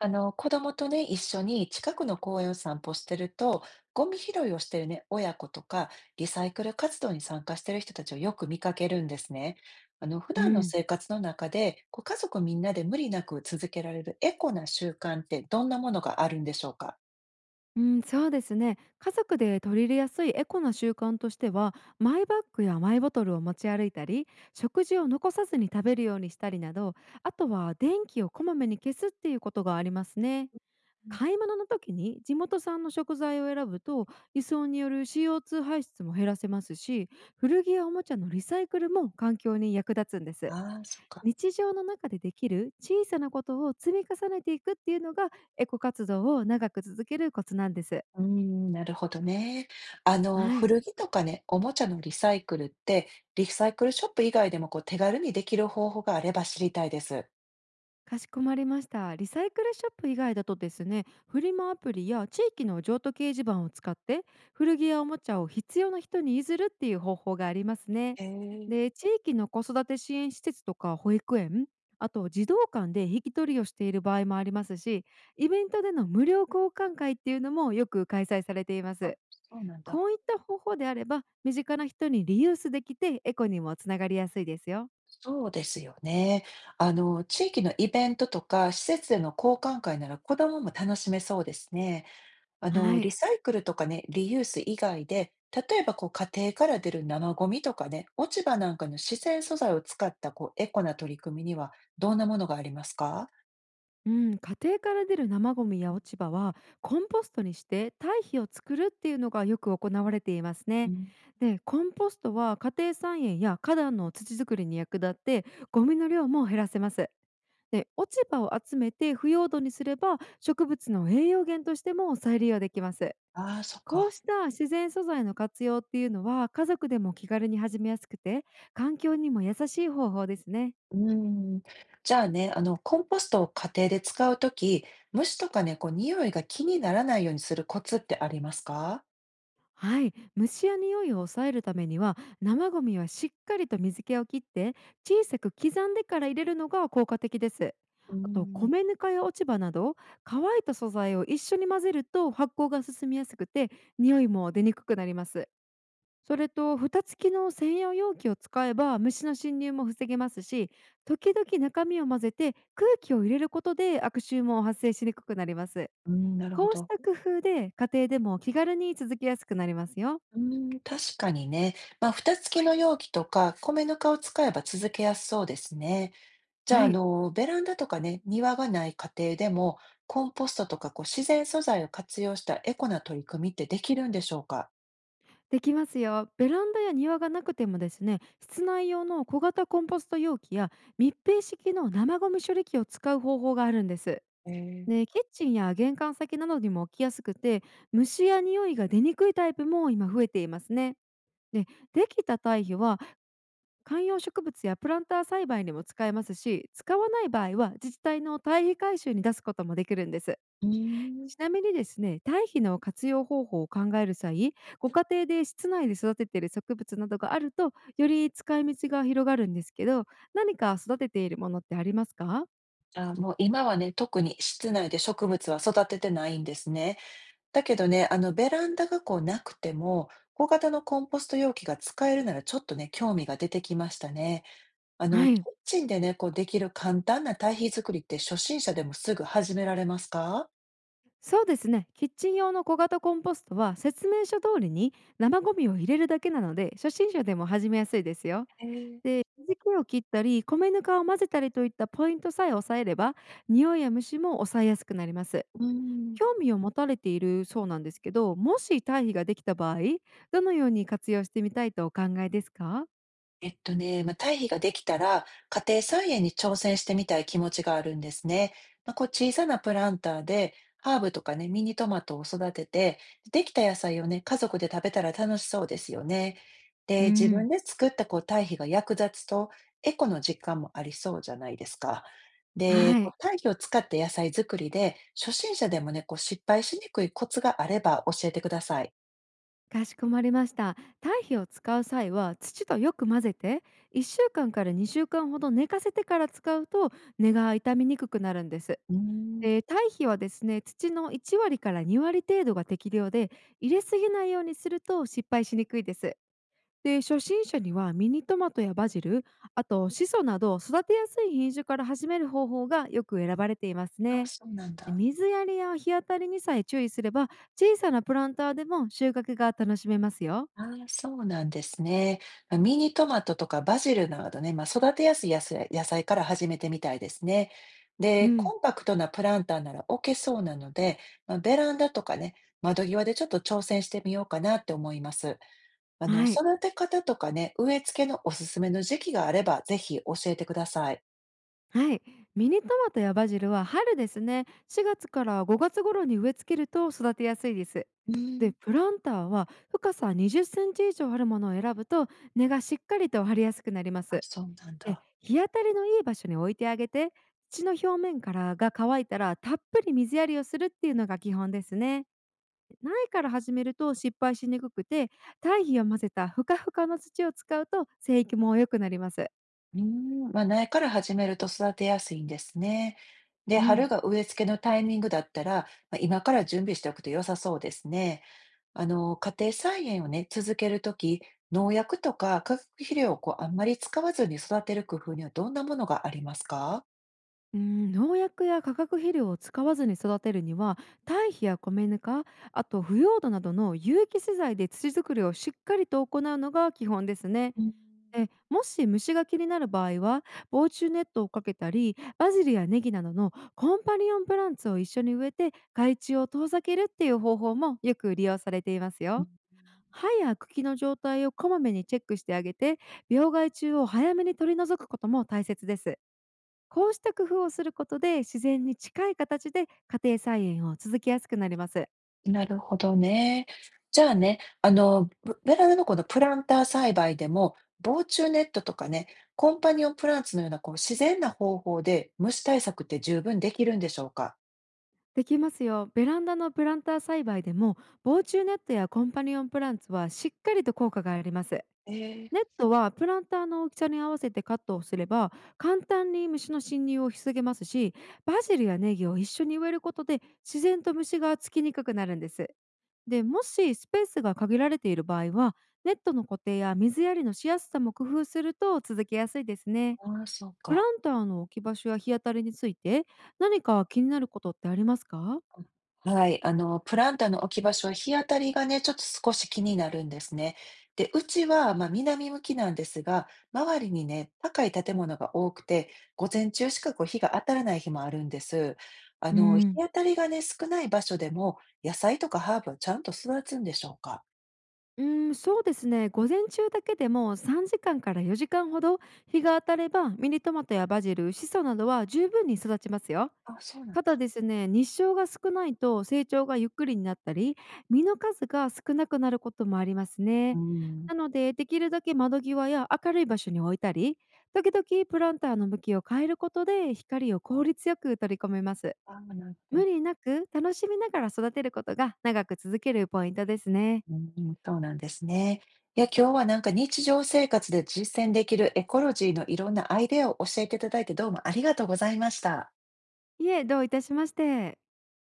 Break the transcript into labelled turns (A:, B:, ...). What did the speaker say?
A: 子供とね、一緒に近くの公園を散歩してると、ゴミ拾いをしてるね、親子とか、リサイクル活動に参加してる人たちをよく見かけるんですね。普
B: う
A: 段の
B: ん、
A: 生活の中で、こう家族みんなで無理なく続けられるエコな習慣ってどんなものがあるんでしょうか。
B: うん、そうですね、家族で取り入れやすいエコな習慣としては、マイバッグやマイボトルを持ち歩いたり、食事を残さずに食べるようにしたりなど、あとは電気をこまめに消すっていうことがありますね。買い物の時に地元産の食材を選ぶと輸送による CO2 排出も減らせますし、古着やおもちゃのリサイクルも環境に役立つんです。
A: ああー、そっか。
B: 日常の中でできる小さなことを積み重ねていくっていうのがエコ活動を長く続けるコツなんです。
A: うーん、なるほどね。
B: はい。
A: 古着とかね、おもちゃのリサイクルって、リサイクルショップ以外でもこう手軽にできる方法があれば知りたいです。
B: かしこまりました。リサイクルショップ以外だとですね、フリマアプリや地域の譲渡掲示板を使って古着やおもちゃを必要な人に譲るっていう方法がありますね。
A: へえ、
B: で、地域の子育て支援施設とか保育園、あと児童館で引き取りをしている場合もありますし、イベントでの無料交換会っていうのもよく開催されていま
A: あ、
B: す。
A: そうなんだ。
B: こういった方法であれば身近な人にリユースできてエコにもつながりやすいですよ。
A: そうですよね。地域のイベントとか施設での交換会なら子どもも楽しめそうですね。
B: は
A: リ
B: い、
A: サイクルとかね、リユース以外で、例えばこう家庭から出る生ゴミとかね、落ち葉なんかの自然素材を使ったこうエコな取り組みにはどんなものがありますか。
B: うん、家庭から出る生ゴミや落ち葉はコンポストにして堆肥を作るっていうのがよく行われています
A: う
B: ね。
A: ん。
B: で、コンポストは家庭菜園や花壇の土作りに役立ってゴミの量も減らせます。で、落ち葉を集めて腐葉土にすれば植物の栄養源としても再利用できます。
A: ああ、そっ
B: こう
A: か。
B: した自然素材の活用っていうのは家族でも気軽に始めやすくて環境にも優しい方法ですね。
A: うん。じゃあね、コンポストを家庭で使うとき、虫とかね、こう匂いが気にならないようにするコツってありますか。
B: はい、虫や匂いを抑えるためには生ゴミはしっかりと水気を切って小さく刻んでから入れるのが効果的です。
A: う
B: あと、
A: ん。
B: 米ぬかや落ち葉など乾いた素材を一緒に混ぜると発酵が進みやすくて匂いも出にくくなります。それと蓋付きの専用容器を使えば虫の侵入も防げますし、時々中身を混ぜて空気を入れることで悪臭も発生しにくくなります。
A: うん、なるほ
B: こうし
A: ど。
B: た工夫で家庭でも気軽に続きやすくなりますよ。
A: うーん、確かにね。まあ、蓋付きの容器とか米ぬかを使えば続けやすそうですね。じゃあ、
B: はい。
A: ベランダとかね、庭がない家庭でも、コンポストとかこう自然素材を活用したエコな取り組みってできるんでしょうか？
B: できますよ。ベランダや庭がなくてもですね、室内用の小型コンポスト容器や密閉式の生ゴミ処理器を使う方法があるんです。
A: へー。
B: で、キッチンや玄関先などにも置きやすくて虫や匂いが出にくいタイプも今増えていますね。で、できた堆肥は観葉植物やプランター栽培にも使えますし、使わない場合は自治体の堆肥回収に出すこともできるんです。
A: うーん。
B: ちなみにですね、堆肥の活用方法を考える際、ご家庭で室内で育てている植物などがあると、より使い道が広がるんですけど、何か育てているものってありますか？
A: あ、もう今はね、特に室内で植物は育ててないんですね。だけどね、ベランダがこうなくても、小型のコンポスト容器が使えるならちょっとね、興味が出てきましたね。
B: は
A: キッ
B: い。
A: チンでね、こうできる簡単な堆肥作りって初心者でもすぐ始められますか。
B: そうですね。キッチン用の小型コンポストは説明書通りに生ゴミを入れるだけなので、初心者でも始めやすいですよ。
A: えー。
B: で、水気を切ったり、米ぬかを混ぜたりといったポイントさえ抑えれば、匂いや虫も抑えやすくなります。
A: うん。
B: 興味を持たれているそうなんですけど、もし堆肥ができた場合、どのように活用してみたいとお考えですか？
A: えっとね、まあ、堆肥ができたら、家庭菜園に挑戦してみたい気持ちがあるんですね。まあ、こう小さなプランターで、ハーブとかね、ミニトマトを育てて、できた野菜をね、家族で食べたら楽しそうですよね。
B: う
A: で、自分
B: ん、
A: で作ったこう堆肥が役立つと、エコの実感もありそうじゃないですか。で、
B: は
A: こ
B: い、
A: う堆肥を使った野菜作りで、初心者でもね、こう失敗しにくいコツがあれば教えてください。
B: かしこまりました。堆肥を使う際は土とよく混ぜて1週間かんから2週間ほど寝かせてから使うと根が傷みにくくなるんです。
A: うーん。
B: 堆肥はですね、土の1割から2割程度が適量で入れすぎないようにすると失敗しにくいです。で、初心者にはミニトマトやバジル、あとシソなど育てやすい品種から始める方法がよく選ばれています
A: あ、
B: ね。
A: そうなん
B: で、
A: だ。
B: 水やりや日当たりにさえ注意すれば小さなプランターでも収穫が楽しめますよ。
A: ああ、そうなんですね。ま、ミニトマトとかバジルなどね、まあ、育てやすい野菜から始めてみたいですね。
B: う
A: で、
B: ん。
A: コンパクトなプランターなら置けそうなので、まあ、ベランダとかね、窓際でちょっと挑戦してみようかなって思います。
B: はい。
A: 育て方とかね、植え付けのおすすめの時期があれば、ぜひ教えてください。
B: はい、ミニトマトやバジルは春ですね、4月から5月頃に植え付けると育てやすいです。
A: う
B: で
A: ん。
B: プランターは深さ20センチ以上あるものを選ぶと根がしっかりと張りやすくなりま
A: あ、
B: す。
A: そうなん
B: で、
A: だ。
B: 日当たりのいい場所に置いてあげて土の表面からが乾いたらたっぷり水やりをするっていうのが基本ですね。苗から始めると失敗しにくくて堆肥を混ぜたふかふかの土を使うと生育も良くなります。
A: うーん、まあ、苗から始めると育てやすいんですね。で、
B: う
A: 春
B: ん、
A: が植え付けのタイミングだったら、まあ、今から準備しておくと良さそうですね。家庭菜園をね、続けるとき農薬とか化学肥料をこう、あんまり使わずに育てる工夫にはどんなものがありますか？
B: うん、農薬や化学肥料を使わずに育てるには堆肥や米ぬか、あと腐葉土などの有機資材で土作りをしっかりと行うのが基本ですね。
A: うん。
B: もし虫が気になる場合は防虫ネットをかけたり、バジルやネギなどのコンパニオンプランツを一緒に植えて害虫を遠ざけるっていう方法もよく利用されていますよ。葉や茎の状態をこまめにチェックしてあげて病害虫を早めに取り除くことも大切です。こうした工夫をすることで自然に近い形で家庭菜園を続けやすくなります。
A: なるほどね。じゃあね、ブベラルのこのプランター栽培でも、防虫ネットとかね、コンパニオンプランツのようなこう自然な方法で虫対策って十分できるんでしょうか？
B: できますよ。ベランダのプランター栽培でも防虫ネットやコンパニオンプランツはしっかりと効果があります。
A: ええ、
B: ネットはプランターの大きさに合わせてカットをすれば簡単に虫の侵入を防げますし、バジルやネギを一緒に植えることで自然と虫がつきにくくなるんです。でもしスペースが限られている場合はネットの固定や水やりのしやすさも工夫すると続けやすいですね。
A: ああ、そう
B: プラ
A: か。
B: ンターの置き場所や日当たりについて何か気になることってありますか？
A: はい、プランターの置き場所は日当たりがね、ちょっと少し気になるんですね。で、うちは、まあ、南向きなんですが、周りにね、高い建物が多くて、午前中しかこう日が当たらない日もあるんです。
B: う
A: 日
B: ん、
A: 当たりがね、少ない場所でも、野菜とかハーブはちゃんと育つんでしょうか。
B: うーん、そうですね。午前中だけでも3時間かんから4時間ほど日が当たればミニトマトやバジル、シソなどは十分に育ちますよ。
A: あ、そうなん
B: ただ
A: だ。
B: ですね、日照が少ないと成長がゆっくりになったり、実の数が少なくなることもあります
A: う
B: ね。
A: ん。
B: なので、できるだけ窓際や明るい場所に置いたり、時々プランターの向きを変えることで光を効率よく取り込めます。
A: あ、なるほ
B: 無
A: ど。
B: 理なく楽しみながら育てることが長く続けるポイントですね。
A: うん、そうなんですね。いや、今日はなんか日常生活で実践できるエコロジーのいろんなアイデアを教えていただいてどうもありがとうございました。
B: いえ、どういたしまして。